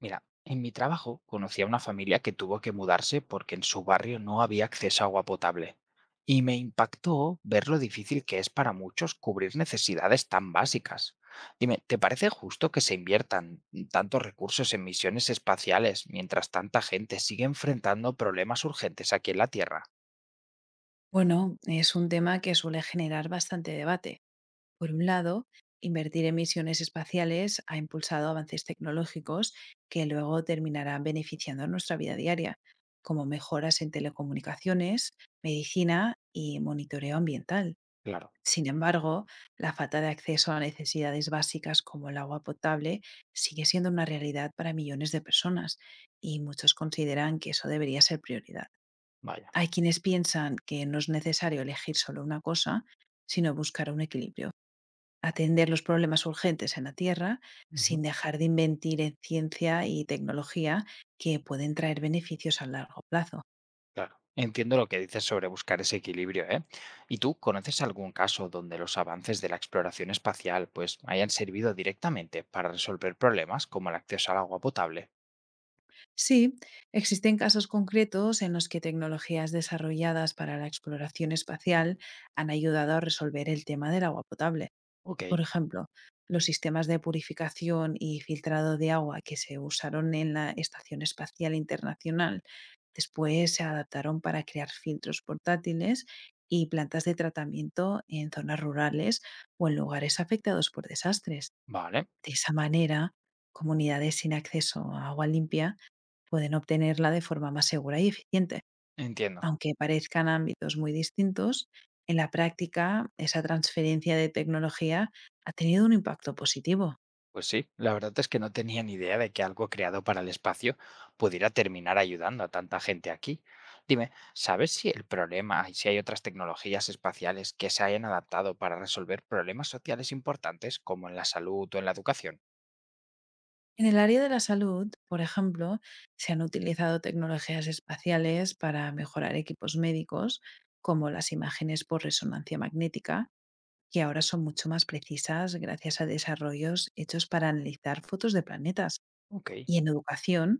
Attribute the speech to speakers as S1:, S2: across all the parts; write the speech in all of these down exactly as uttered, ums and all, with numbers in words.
S1: Mira, en mi trabajo conocí a una familia que tuvo que mudarse porque en su barrio no había acceso a agua potable. Y me impactó ver lo difícil que es para muchos cubrir necesidades tan básicas. Dime, ¿te parece justo que se inviertan tantos recursos en misiones espaciales mientras tanta gente sigue enfrentando problemas urgentes aquí en la Tierra?
S2: Bueno, es un tema que suele generar bastante debate. Por un lado, invertir en misiones espaciales ha impulsado avances tecnológicos que luego terminarán beneficiando a nuestra vida diaria, como mejoras en telecomunicaciones, medicina y monitoreo ambiental.
S1: Claro,
S2: Sin embargo, la falta de acceso a necesidades básicas como el agua potable sigue siendo una realidad para millones de personas y muchos consideran que eso debería ser prioridad.
S1: vaya.
S2: Hay quienes piensan que no es necesario elegir solo una cosa, sino buscar un equilibrio, atender los problemas urgentes en la Tierra
S1: Ujú.
S2: sin dejar de invertir en ciencia y tecnología que pueden traer beneficios a largo plazo.
S1: Claro. Entiendo lo que dices sobre buscar ese equilibrio, ¿eh? ¿Y tú conoces algún caso donde los avances de la exploración espacial pues hayan servido directamente para resolver problemas como el acceso al agua potable?
S2: Sí, existen casos concretos en los que tecnologías desarrolladas para la exploración espacial han ayudado a resolver el tema del agua potable.
S1: Ok,
S2: Por ejemplo, los sistemas de purificación y filtrado de agua que se usaron en la Estación Espacial Internacional después se adaptaron para crear filtros portátiles y plantas de tratamiento en zonas rurales o en lugares afectados por desastres.
S1: vale,
S2: De esa manera, comunidades sin acceso a agua limpia pueden obtenerla de forma más segura y eficiente.
S1: entiendo.
S2: Aunque parezcan ámbitos muy distintos, en la práctica esa transferencia de tecnología ha tenido un impacto positivo.
S1: Pues sí, la verdad es que no tenía ni idea de que algo creado para el espacio pudiera terminar ayudando a tanta gente aquí. Dime, ¿sabes si el problema y si hay otras tecnologías espaciales que se hayan adaptado para resolver problemas sociales importantes como en la salud o en la educación?
S2: En el área de la salud, por ejemplo, se han utilizado tecnologías espaciales para mejorar equipos médicos, como las imágenes por resonancia magnética, que ahora son mucho más precisas gracias a desarrollos hechos para analizar fotos de planetas.
S1: Ok.
S2: Y en educación,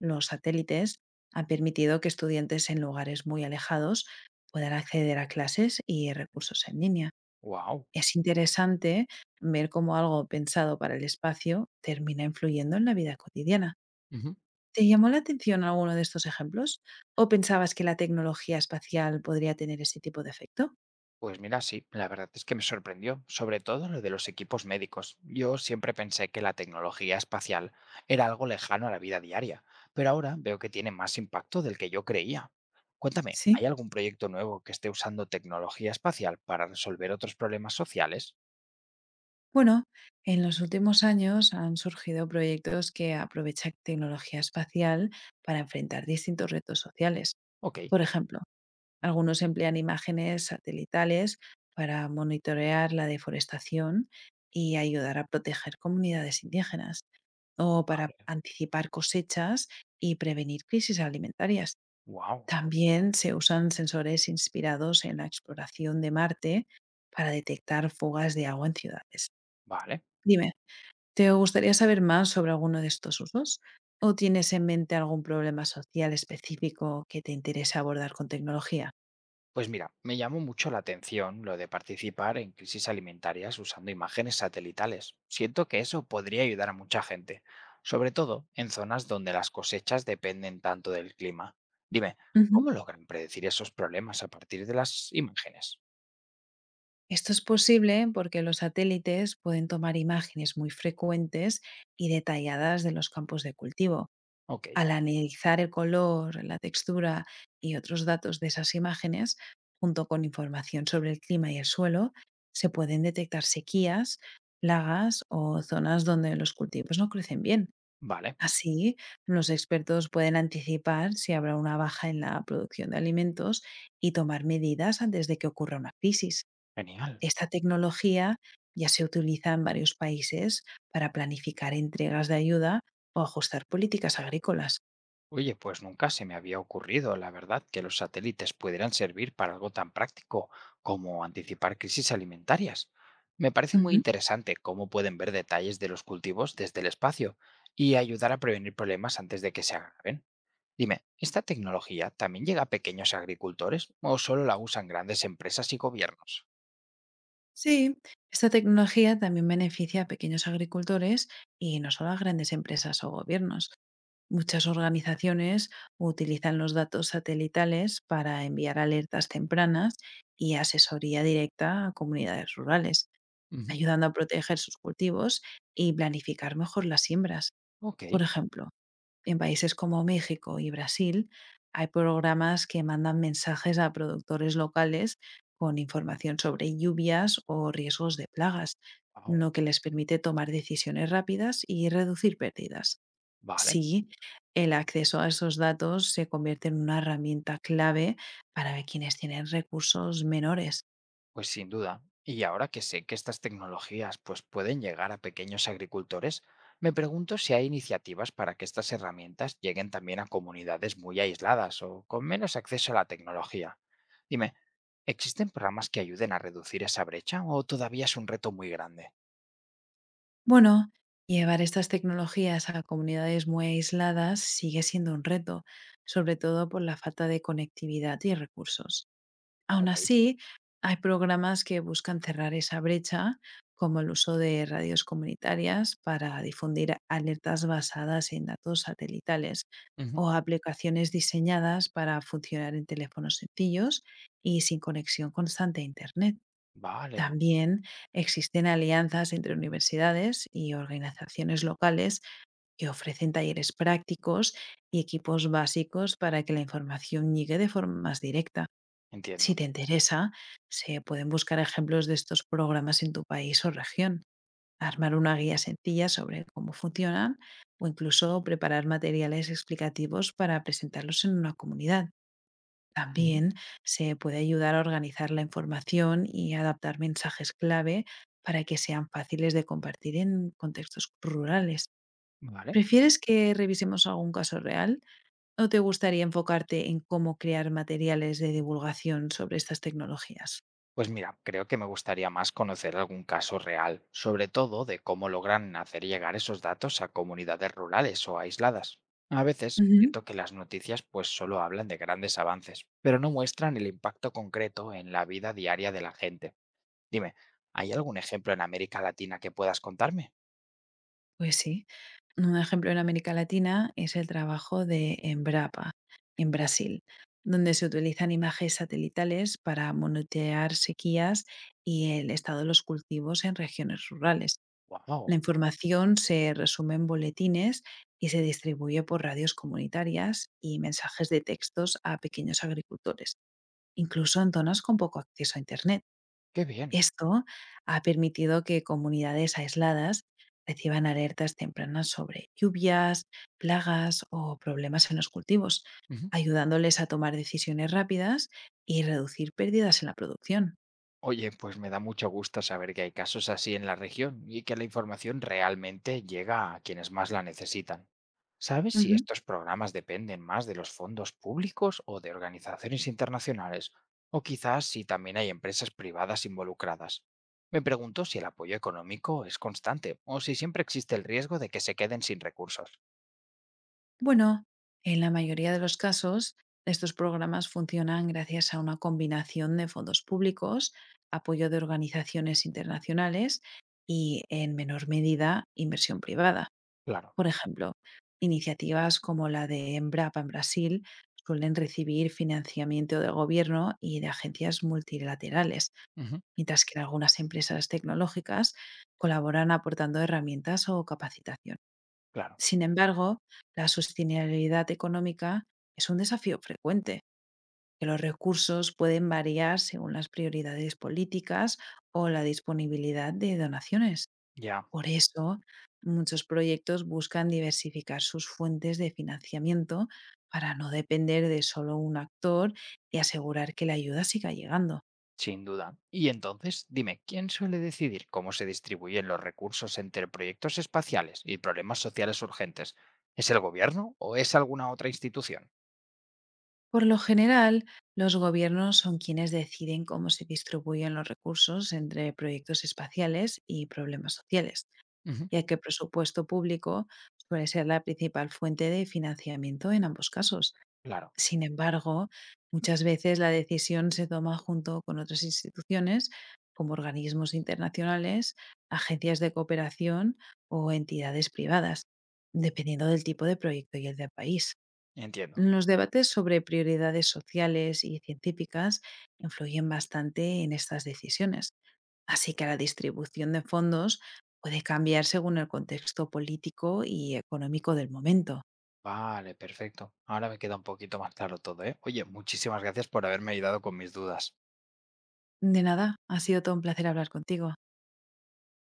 S2: los satélites han permitido que estudiantes en lugares muy alejados puedan acceder a clases y recursos en línea.
S1: Wow.
S2: Es interesante ver cómo algo pensado para el espacio termina influyendo en la vida cotidiana.
S1: Ujú.
S2: ¿Te llamó la atención alguno de estos ejemplos? ¿O pensabas que la tecnología espacial podría tener ese tipo de efecto?
S1: Pues mira, sí, la verdad es que me sorprendió, sobre todo lo de los equipos médicos. Yo siempre pensé que la tecnología espacial era algo lejano a la vida diaria, pero ahora veo que tiene más impacto del que yo creía. Cuéntame,
S2: Sí.
S1: ¿hay algún proyecto nuevo que esté usando tecnología espacial para resolver otros problemas sociales?
S2: Bueno, en los últimos años han surgido proyectos que aprovechan tecnología espacial para enfrentar distintos retos sociales.
S1: Ok,
S2: Por ejemplo, algunos emplean imágenes satelitales para monitorear la deforestación y ayudar a proteger comunidades indígenas, o para
S1: vale,
S2: anticipar cosechas y prevenir crisis alimentarias.
S1: wow,
S2: También se usan sensores inspirados en la exploración de Marte para detectar fugas de agua en ciudades.
S1: vale.
S2: Dime, ¿te gustaría saber más sobre alguno de estos usos? ¿O tienes en mente algún problema social específico que te interese abordar con tecnología?
S1: Pues mira, me llamó mucho la atención lo de participar en crisis alimentarias usando imágenes satelitales. Siento que eso podría ayudar a mucha gente, sobre todo en zonas donde las cosechas dependen tanto del clima. Dime,
S2: Ujú.
S1: ¿cómo logran predecir esos problemas a partir de las imágenes?
S2: Esto es posible porque los satélites pueden tomar imágenes muy frecuentes y detalladas de los campos de cultivo.
S1: Ok,
S2: Al analizar el color, la textura y otros datos de esas imágenes, junto con información sobre el clima y el suelo, se pueden detectar sequías, plagas o zonas donde los cultivos no crecen bien.
S1: vale,
S2: Así, los expertos pueden anticipar si habrá una baja en la producción de alimentos y tomar medidas antes de que ocurra una crisis.
S1: genial.
S2: Esta tecnología ya se utiliza en varios países para planificar entregas de ayuda o ajustar políticas agrícolas.
S1: Oye, pues nunca se me había ocurrido, la verdad, que los satélites pudieran servir para algo tan práctico como anticipar crisis alimentarias. Me parece muy
S2: Ujú.
S1: interesante cómo pueden ver detalles de los cultivos desde el espacio y ayudar a prevenir problemas antes de que se agraven. Dime, ¿esta tecnología también llega a pequeños agricultores o solo la usan grandes empresas y gobiernos?
S2: Sí, esta tecnología también beneficia a pequeños agricultores y no solo a grandes empresas o gobiernos. Muchas organizaciones utilizan los datos satelitales para enviar alertas tempranas y asesoría directa a comunidades rurales,
S1: Ujú,
S2: ayudando a proteger sus cultivos y planificar mejor las siembras.
S1: ok,
S2: Por ejemplo, en países como México y Brasil hay programas que mandan mensajes a productores locales con información sobre lluvias o riesgos de plagas,
S1: ah,
S2: lo que les permite tomar decisiones rápidas y reducir pérdidas.
S1: vale.
S2: Sí, el acceso a esos datos se convierte en una herramienta clave para quienes tienen recursos menores.
S1: Pues sin duda. Y ahora que sé que estas tecnologías pues pueden llegar a pequeños agricultores, me pregunto si hay iniciativas para que estas herramientas lleguen también a comunidades muy aisladas o con menos acceso a la tecnología. Dime, ¿existen programas que ayuden a reducir esa brecha o todavía es un reto muy grande?
S2: Bueno, llevar estas tecnologías a comunidades muy aisladas sigue siendo un reto, sobre todo por la falta de conectividad y recursos. Aún
S1: Ok.
S2: así, hay programas que buscan cerrar esa brecha, como el uso de radios comunitarias para difundir alertas basadas en datos satelitales
S1: Ujú,
S2: o aplicaciones diseñadas para funcionar en teléfonos sencillos y sin conexión constante a Internet.
S1: vale,
S2: También existen alianzas entre universidades y organizaciones locales que ofrecen talleres prácticos y equipos básicos para que la información llegue de forma más directa. Si
S1: entiendo.
S2: te interesa, se pueden buscar ejemplos de estos programas en tu país o región, armar una guía sencilla sobre cómo funcionan o incluso preparar materiales explicativos para presentarlos en una comunidad.
S1: Ujú.
S2: También se puede ayudar a organizar la información y adaptar mensajes clave para que sean fáciles de compartir en contextos rurales.
S1: Vale.
S2: ¿Prefieres que revisemos algún caso real o te gustaría enfocarte en cómo crear materiales de divulgación sobre estas tecnologías?
S1: Pues mira, creo que me gustaría más conocer algún caso real, sobre todo de cómo logran hacer llegar esos datos a comunidades rurales o aisladas. A veces
S2: Ujú.
S1: siento que las noticias pues solo hablan de grandes avances, pero no muestran el impacto concreto en la vida diaria de la gente. Dime, ¿hay algún ejemplo en América Latina que puedas contarme?
S2: Pues sí. Un ejemplo en América Latina es el trabajo de Embrapa, en Brasil, donde se utilizan imágenes satelitales para monitorear sequías y el estado de los cultivos en regiones rurales. La
S1: ¡Wow!
S2: información se resume en boletines y se distribuye por radios comunitarias y mensajes de textos a pequeños agricultores, incluso en zonas con poco acceso a Internet.
S1: ¡Qué bien!
S2: Esto ha permitido que comunidades aisladas reciban alertas tempranas sobre lluvias, plagas o problemas en los cultivos,
S1: Ujú.
S2: ayudándoles a tomar decisiones rápidas y reducir pérdidas en la producción.
S1: Oye, pues me da mucho gusto saber que hay casos así en la región y que la información realmente llega a quienes más la necesitan. ¿Sabes si
S2: Ujú.
S1: estos programas dependen más de los fondos públicos o de organizaciones internacionales? O quizás si también hay empresas privadas involucradas. Me pregunto si el apoyo económico es constante o si siempre existe el riesgo de que se queden sin recursos.
S2: Bueno, en la mayoría de los casos, estos programas funcionan gracias a una combinación de fondos públicos, apoyo de organizaciones internacionales y, en menor medida, inversión privada.
S1: Claro,
S2: Por ejemplo, iniciativas como la de Embrapa en Brasil suelen recibir financiamiento del gobierno y de agencias multilaterales,
S1: ujú,
S2: mientras que algunas empresas tecnológicas colaboran aportando herramientas o capacitación.
S1: claro,
S2: Sin embargo, la sostenibilidad económica es un desafío frecuente, que los recursos pueden variar según las prioridades políticas o la disponibilidad de donaciones.
S1: ya.
S2: Por eso, muchos proyectos buscan diversificar sus fuentes de financiamiento para no depender de solo un actor y asegurar que la ayuda siga llegando.
S1: Sin duda. Y entonces, dime, ¿quién suele decidir cómo se distribuyen los recursos entre proyectos espaciales y problemas sociales urgentes? ¿Es el gobierno o es alguna otra institución?
S2: Por lo general, los gobiernos son quienes deciden cómo se distribuyen los recursos entre proyectos espaciales y problemas sociales,
S1: Ujú,
S2: ya que el presupuesto público suele ser la principal fuente de financiamiento en ambos casos.
S1: claro,
S2: Sin embargo, muchas veces la decisión se toma junto con otras instituciones como organismos internacionales, agencias de cooperación o entidades privadas, dependiendo del tipo de proyecto y el de país.
S1: entiendo.
S2: Los debates sobre prioridades sociales y científicas influyen bastante en estas decisiones, así que la distribución de fondos puede cambiar según el contexto político y económico del momento.
S1: Vale, perfecto. Ahora me queda un poquito más claro todo, ¿eh? Oye, muchísimas gracias por haberme ayudado con mis dudas.
S2: De nada, ha sido todo un placer hablar contigo.